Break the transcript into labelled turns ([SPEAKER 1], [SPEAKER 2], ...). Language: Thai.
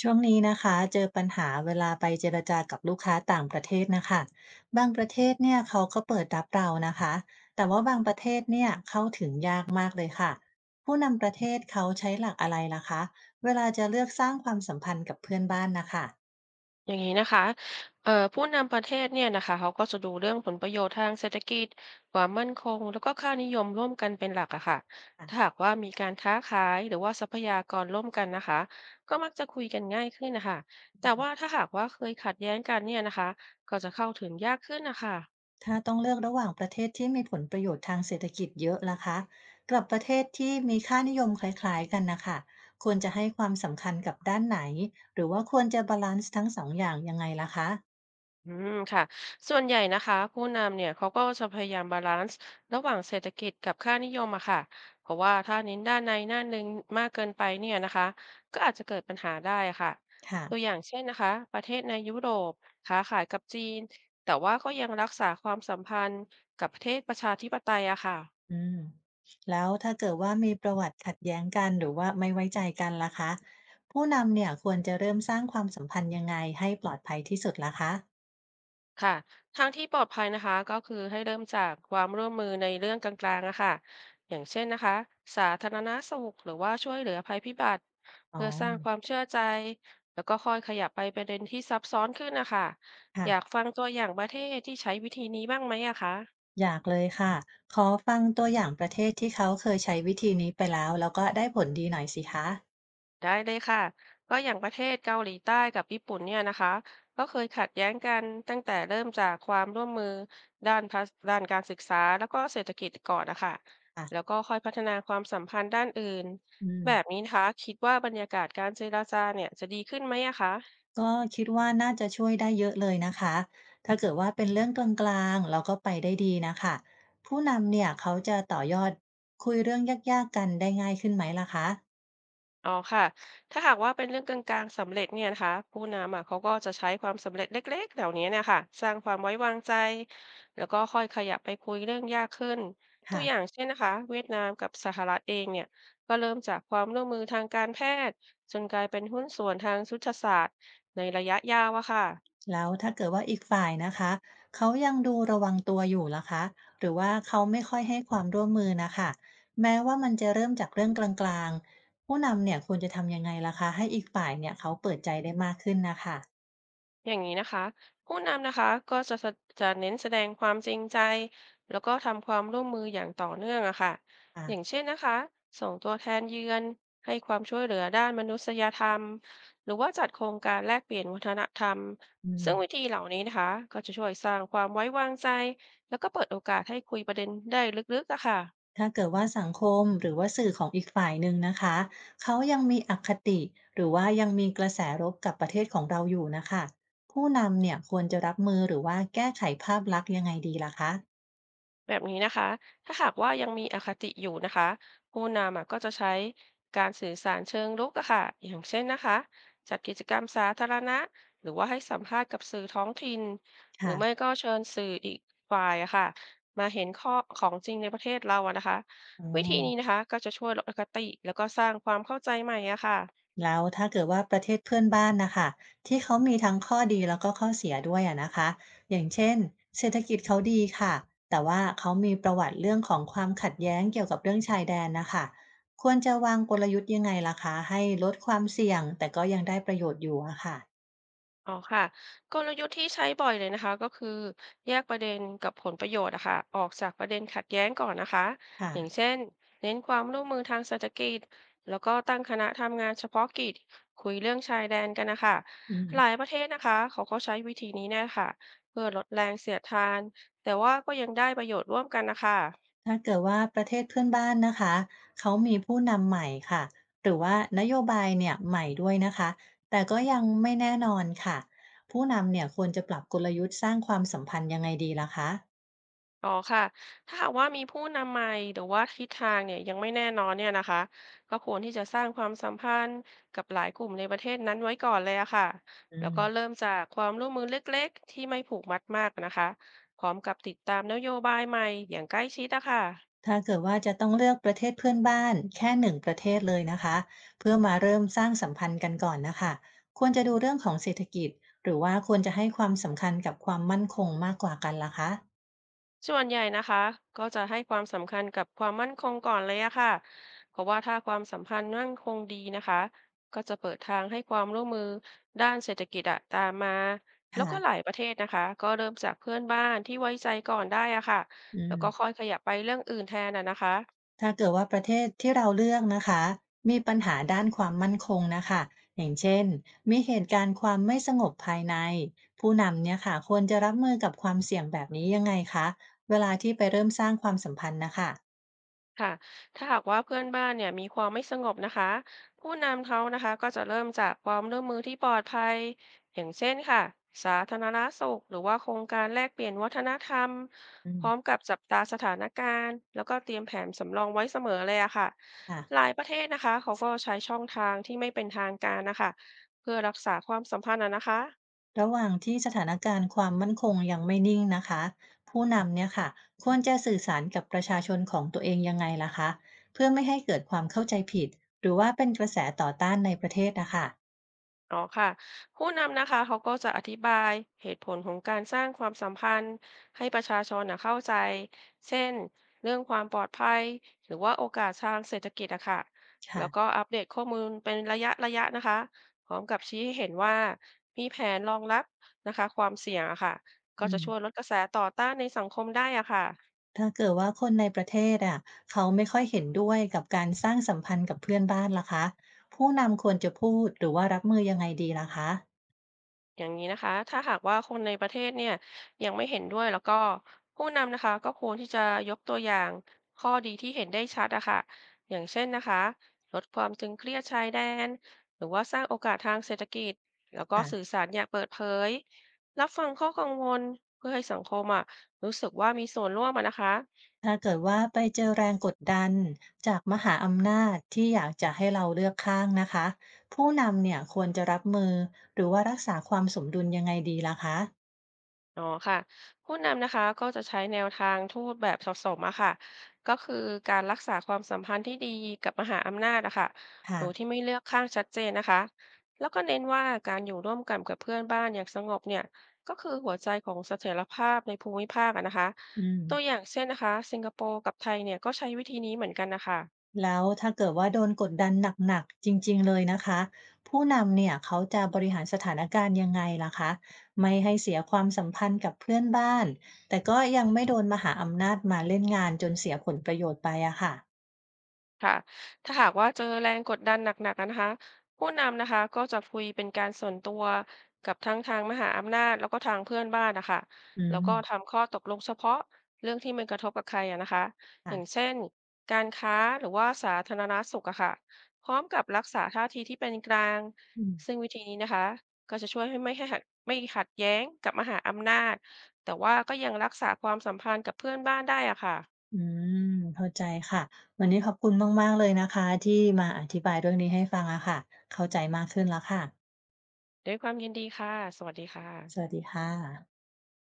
[SPEAKER 1] ช่วงนี้นะคะเจอปัญหาเวลาไปเจรจากับลูกค้าต่างประเทศนะคะบางประเทศเนี่ยเขาก็เปิดรับเรานะคะแต่ว่าบางประเทศเนี่ยเข้าถึงยากมากเลยค่ะผู้นำประเทศเขาใช้หลักอะไรล่ะคะเวลาจะเลือกสร้างความสัมพันธ์กับเพื่อนบ้านนะคะ
[SPEAKER 2] อย่างนี้นะคะผู้นำประเทศเนี่ยนะคะเขาก็จะดูเรื่องผลประโยชน์ทางเศรษฐกิจความมั่นคงแล้วก็ค่านิยมร่วมกันเป็นหลักอะค่ะ
[SPEAKER 1] อ่ะ
[SPEAKER 2] ถ้าหากว่ามีการค้าขายหรือว่าทรัพยากรร่วมกันนะคะก็มักจะคุยกันง่ายขึ้นนะคะแต่ว่าถ้าหากว่าเคยขัดแย้งกันเนี่ยนะคะก็จะเข้าถึงยากขึ้นนะคะ
[SPEAKER 1] ถ้าต้องเลือกระหว่างประเทศที่มีผลประโยชน์ทางเศรษฐกิจเยอะล่ะคะกับประเทศที่มีค่านิยมคล้ายๆกันนะคะควรจะให้ความสำคัญกับด้านไหนหรือว่าควรจะบาลานซ์ทั้งสองอย่างยังไงล่ะคะ
[SPEAKER 2] อืมค่ะส่วนใหญ่นะคะผู้นำเนี่ยเขาก็จะพยายามบาลานซ์ระหว่างเศรษฐกิจกับค่านิยมอะค่ะเพราะว่าถ้าเน้นด้านใดด้านหนึ่งมากเกินไปเนี่ยนะคะก็อาจจะเกิดปัญหาได้อะค่ะ
[SPEAKER 1] ค่ะ
[SPEAKER 2] ตัวอย่างเช่นนะคะประเทศในยุโรปค้าขายกับจีนแต่ว่าก็ยังรักษาความสัมพันธ์กับประเทศประชาธิปไตยอะค่ะ
[SPEAKER 1] อืมแล้วถ้าเกิดว่ามีประวัติขัดแย้งกันหรือว่าไม่ไว้ใจกันล่ะคะผู้นำเนี่ยควรจะเริ่มสร้างความสัมพันธ์ยังไงให้ปลอดภัยที่สุดล่ะคะ
[SPEAKER 2] ค่ะทางที่ปลอดภัยนะคะก็คือให้เริ่มจากความร่วมมือในเรื่องกลางๆอะค่ะอย่างเช่นนะคะสาธารณสุขหรือว่าช่วยเหลือภัยพิบัติ
[SPEAKER 1] อ๋อ
[SPEAKER 2] เพื่อสร้างความเชื่อใจแล้วก็ค่อยขยับไปประเด็นที่ซับซ้อนขึ้นนะคะ
[SPEAKER 1] ค่ะ
[SPEAKER 2] อยากฟังตัวอย่างประเทศที่ใช้วิธีนี้บ้างไหมอะคะ
[SPEAKER 1] อยากเลยค่ะขอฟังตัวอย่างประเทศที่เขาเคยใช้วิธีนี้ไปแล้วแล้วก็ได้ผลดีหน่อยสิคะ
[SPEAKER 2] ได้เลยค่ะ ก็อย่างประเทศเกาหลีใต้กับญี่ปุ่นเนี่ยนะคะ ก็เคยขัดแย้งกันตั้งแต่เริ่มจากความร่วมมือด้านภาษด้านการศึกษาแล้วก็เศรษฐกิจก่อนนะคะ แล้ว
[SPEAKER 1] ค่ะ
[SPEAKER 2] ก็ค่อยพัฒนาความสัมพันธ์ด้านอื่น
[SPEAKER 1] อืม
[SPEAKER 2] แบบนี้นะคะคิดว่าบรรยากาศการเจรจาเนี่ยจะดีขึ้นไหมอะคะ
[SPEAKER 1] ก็คิดว่าน่าจะช่วยได้เยอะเลยนะคะถ้าเกิดว่าเป็นเรื่องกลางๆเราก็ไปได้ดีนะคะผู้นำเนี่ยเขาจะต่อยอดคุยเรื่องยากๆกันได้ง่ายขึ้นไหมล่ะคะ
[SPEAKER 2] อ๋อค่ะถ้าหากว่าเป็นเรื่องกลางๆสำเร็จเนี่ยนะคะผู้นำอ่ะเขาก็จะใช้ความสำเร็จเล็กๆเหล่านี้เนี่ยค่ะสร้างความไว้วางใจแล้วก็ค่อยขยับไปคุยเรื่องยากขึ้นตัว
[SPEAKER 1] ค่ะ
[SPEAKER 2] อย่างเช่นนะคะเวียดนามกับสหรัฐเองเนี่ยก็เริ่มจากความร่วมมือทางการแพทย์จนกลายเป็นหุ้นส่วนทางยุทธศาสตร์ในระยะยาวอะค่ะ
[SPEAKER 1] แล้วถ้าเกิดว่าอีกฝ่ายนะคะเขายังดูระวังตัวอยู่ล่ะคะหรือว่าเขาไม่ค่อยให้ความร่วมมือนะคะแม้ว่ามันจะเริ่มจากเรื่องกลางๆผู้นำเนี่ยควรจะทำยังไงล่ะคะให้อีกฝ่ายเนี่ยเขาเปิดใจได้มากขึ้นนะคะ
[SPEAKER 2] อย่างนี้นะคะผู้นำนะคะก็จะจะเน้นแสดงความจริงใจแล้วก็ทำความร่วมมืออย่างต่อเนื่องอะค่ะ
[SPEAKER 1] อ่ะ
[SPEAKER 2] อย่างเช่นนะคะส่งตัวแทนเยือนให้ความช่วยเหลือด้านมนุษยธรรมหรือว่าจัดโครงการแลกเปลี่ยนวัฒนธรรม
[SPEAKER 1] อื
[SPEAKER 2] ซึ่งวิ
[SPEAKER 1] ม
[SPEAKER 2] ธีเหล่านี้นะคะก็จะช่วยสร้างความไว้วางใจแล้วก็เปิดโอกาสให้คุยประเด็นได้ลึกๆอะค่ะ
[SPEAKER 1] ถ้าเกิดว่าสังคมหรือว่าสื่อของอีกฝ่ายหนึ่งนะคะเขายังมีอคติหรือว่ายังมีกระแสรบกับประเทศของเราอยู่นะคะผู้นำเนี่ยควรจะรับมือหรือว่าแก้ไขภาพลักษณ์ยังไงดีล่ะคะ
[SPEAKER 2] แบบนี้นะคะถ้าหากว่ายังมีอคติอยู่นะคะผู้นำอะก็จะใช้การสื่อสารเชิงรุกอะค่ะอย่างเช่นนะคะจัดกิจกรรมสาธารณะหรือว่าให้สัมภาษณ์กับสื่อท้องถิ่นหรื
[SPEAKER 1] ค่ะ
[SPEAKER 2] อไม่ก็เชิญสื่ออีกฝ่ายอะค่ะมาเห็นข้อของจริงในประเทศเราอะนะคะ
[SPEAKER 1] อ๋อ
[SPEAKER 2] วิธีนี้นะคะก็จะช่วยลดอคติแล้วก็สร้างความเข้าใจใหม่อะค่ะ
[SPEAKER 1] แล้วถ้าเกิดว่าประเทศเพื่อนบ้านนะคะที่เขามีทั้งข้อดีแล้วก็ข้อเสียด้วยอะนะคะอย่างเช่นเศรษฐกิจเขาดีค่ะแต่ว่าเขามีประวัติเรื่องของความขัดแย้งเกี่ยวกับเรื่องชายแดนนะคะควรจะวางกลยุทธ์ยังไงล่ะคะให้ลดความเสี่ยงแต่ก็ยังได้ประโยชน์อยู่อะค่ะ
[SPEAKER 2] อ๋อค่ะกลยุทธ์ที่ใช้บ่อยเลยนะคะก็คือแยกประเด็นกับผลประโยชน์อะค่ะออกจากประเด็นขัดแย้งก่อนนะคะอย่าง
[SPEAKER 1] ค่ะ
[SPEAKER 2] เช่นเน้นความร่วมมือทางเศรษฐกิจแล้วก็ตั้งคณะทำงานเฉพาะกิจคุยเรื่องชายแดนกันนะคะ
[SPEAKER 1] อืม
[SPEAKER 2] หลายประเทศนะคะเขาก็ใช้วิธีนี้แน่ค่ะเพื่อลดแรงเสียดทานแต่ว่าก็ยังได้ประโยชน์ร่วมกันนะคะ
[SPEAKER 1] ถ้าเกิดว่าประเทศเพื่อนบ้านนะคะเขามีผู้นำใหม่ค่ะหรือว่านโยบายเนี่ยใหม่ด้วยนะคะแต่ก็ยังไม่แน่นอนค่ะผู้นำเนี่ยควรจะปรับกลยุทธ์สร้างความสัมพันธ์ยังไงดีล่ะคะ
[SPEAKER 2] อ๋อค่ะ ถ้าหากว่ามีผู้นำใหม่หรือว่าทิศทางเนี่ยยังไม่แน่นอนเนี่ยนะคะก็ควรที่จะสร้างความสัมพันธ์กับหลายกลุ่มในประเทศนั้นไว้ก่อนเลยอะค่ะ
[SPEAKER 1] อื
[SPEAKER 2] แล้วก็เริ่
[SPEAKER 1] ม
[SPEAKER 2] มจากความร่วมมือเล็กๆที่ไม่ผูกมัดมากนะคะพร้อมกับติดตามนโยบายใหม่อย่างใกล้ชิดอะค่ะ
[SPEAKER 1] ถ้าเกิดว่าจะต้องเลือกประเทศเพื่อนบ้านแค่หนึ่งประเทศเลยนะคะเพื่อมาเริ่มสร้างสัมพันธ์กันก่อนนะคะควรจะดูเรื่องของเศรษฐกิจหรือว่าควรจะให้ความสำคัญกับความมั่นคงมากกว่ากันล่ะคะ
[SPEAKER 2] ส่วนใหญ่นะคะก็จะให้ความสำคัญกับความมั่นคงก่อนเลยอะค่ะเพราะว่าถ้าความสัมพันธ์มั่นคงดีนะคะก็จะเปิดทางให้ความร่วมมือด้านเศรษฐกิจอะตามมาแล้วก็หลา
[SPEAKER 1] ค่ะ
[SPEAKER 2] ยประเทศนะคะก็เริ่มจากเพื่อนบ้านที่ไว้ใจก่อนได้อะค่ะ
[SPEAKER 1] อื
[SPEAKER 2] แล้วก็ค่
[SPEAKER 1] ม
[SPEAKER 2] อยขยับไปเรื่องอื่นแทนอะนะคะ
[SPEAKER 1] ถ้าเกิดว่าประเทศที่เราเลือกนะคะมีปัญหาด้านความมั่นคงนะคะอย่างเช่นมีเหตุการณ์ความไม่สงบภายในผู้นำเนี่ยค่ะควรจะรับมือกับความเสี่ยงแบบนี้ยังไงคะเวลาที่ไปเริ่มสร้างความสัมพันธ์นะคะ
[SPEAKER 2] ค่ะถ้าหากว่าเพื่อนบ้านเนี่ยมีความไม่สงบนะคะผู้นำเขานะคะก็จะเริ่มจากความร่วมมือที่ปลอดภัยอย่างเช่นค่ะสาธารณสุขหรือว่าโครงการแลกเปลี่ยนวัฒนธรรม
[SPEAKER 1] อื
[SPEAKER 2] พร้อม
[SPEAKER 1] ม
[SPEAKER 2] กับจับตาสถานการณ์แล้วก็เตรียมแผนสำรองไว้เสมอเลยอะค่ะห
[SPEAKER 1] ค่ะ
[SPEAKER 2] ลายประเทศนะคะเขาก็ใช้ช่องทางที่ไม่เป็นทางการนะคะเพื่อรักษาความสัมพันธ์อะนะคะ
[SPEAKER 1] ระหว่างที่สถานการณ์ความมั่นคงยังไม่นิ่งนะคะผู้นำเนี่ยค่ะควรจะสื่อสารกับประชาชนของตัวเองยังไงล่ะคะเพื่อไม่ให้เกิดความเข้าใจผิดหรือว่าเป็นกระแสต่อต้านในประเทศนะคะ
[SPEAKER 2] อ๋อค่ะผู้นำนะคะเขาก็จะอธิบายเหตุผลของการสร้างความสัมพันธ์ให้ประชาชนนะเข้าใจเช่นเรื่องความปลอดภัยหรือว่าโอกาสทางเศรษฐกิจอะค่ะแล้
[SPEAKER 1] ค่ะ
[SPEAKER 2] วก็อัปเดตข้อมูลเป็นระยะนะคะพร้อมกับชี้ให้เห็นว่ามีแผนรองรับนะคะความเสี่ยงอะค่ะก็
[SPEAKER 1] อื
[SPEAKER 2] จะ
[SPEAKER 1] ม
[SPEAKER 2] ช่วยลดกระแสต่อต้านในสังคมได้อะค่ะ
[SPEAKER 1] ถ้าเกิดว่าคนในประเทศอะเขาไม่ค่อยเห็นด้วยกับการสร้างสัมพันธ์กับเพื่อนบ้านล่ะคะผู้นำควรจะพูดหรือว่ารับมือยังไงดีล่ะคะ
[SPEAKER 2] อย่างนี้นะคะถ้าหากว่าคนในประเทศเนี่ยยังไม่เห็นด้วยแล้วก็ผู้นำนะคะก็ควรที่จะยกตัวอย่างข้อดีที่เห็นได้ชัดอะค่ะอย่างเช่นนะคะลดความตึงเครียดชายแดนหรือว่าสร้างโอกาสทางเศรษฐกิจแล้วก็
[SPEAKER 1] ค่ะ
[SPEAKER 2] สื่อสารอย่างเปิดเผยรับฟังข้อกังวลเพื่อให้สังคมอะรู้สึกว่ามีส่วนร่วมอะนะคะ
[SPEAKER 1] ถ้าเกิดว่าไปเจอแรงกดดันจากมหาอำนาจที่อยากจะให้เราเลือกข้างนะคะผู้นำเนี่ยควรจะรับมือหรือว่ารักษาความสมดุลยังไงดีล่ะคะ
[SPEAKER 2] อ๋อค่ะผู้นำนะคะก็จะใช้แนวทางทูตแบบผสมอะค่ะก็คือการรักษาความสัมพันธ์ที่ดีกับมหาอำนาจอะค่ะโด
[SPEAKER 1] ค่ะ
[SPEAKER 2] ยที่ไม่เลือกข้างชัดเจนนะคะแล้วก็เน้นว่าการอยู่ร่วมกันกับเพื่อนบ้านอย่างสงบเนี่ยก็คือหัวใจของเสถียรภาพในภูมิภาคอะนะคะ
[SPEAKER 1] อืม
[SPEAKER 2] ตัวอย่างเช่นนะคะสิงคโปร์กับไทยเนี่ยก็ใช้วิธีนี้เหมือนกันนะคะ
[SPEAKER 1] แล้วถ้าเกิดว่าโดนกดดันหนักๆจริงๆเลยนะคะผู้นำเนี่ยเขาจะบริหารสถานการณ์ยังไงล่ะคะไม่ให้เสียความสัมพันธ์กับเพื่อนบ้านแต่ก็ยังไม่โดนมหาอำนาจมาเล่นงานจนเสียผลประโยชน์ไปอะค่ะ
[SPEAKER 2] ค่ะถ้าหากว่าเจอแรงกดดันหนักๆนะคะผู้นำนะคะก็จะคุยเป็นการส่วนตัวกับทั้งทางมหาอำนาจแล้วก็ทางเพื่อนบ้านนะคะ
[SPEAKER 1] อื
[SPEAKER 2] แล้ว
[SPEAKER 1] ม
[SPEAKER 2] ก็ทำข้อตกลงเฉพาะเรื่องที่มันกระทบกับใครอะนะคะอย่าง
[SPEAKER 1] ค่ะ
[SPEAKER 2] เช่นการค้าหรือว่าสาธารณสุขอะค่ะพร้อมกับรักษาท่าทีที่เป็นกลาง
[SPEAKER 1] อืม
[SPEAKER 2] ซึ่งวิธีนี้นะคะก็จะช่วยให้ไม่ให้หัดไม่ขัดแย้งกับมหาอำนาจแต่ว่าก็ยังรักษาความสัมพันธ์กับเพื่อนบ้านได้อะค่ะ
[SPEAKER 1] อืมเข้าใจค่ะวันนี้ขอบคุณมากๆเลยนะคะที่มาอธิบายเรื่องนี้ให้ฟังอะค่ะเข้าใจมากขึ้นแล้วค่ะ
[SPEAKER 2] ด้วยความยินดีค่ะสวัสดีค่ะ
[SPEAKER 1] สวัสดีค่ะ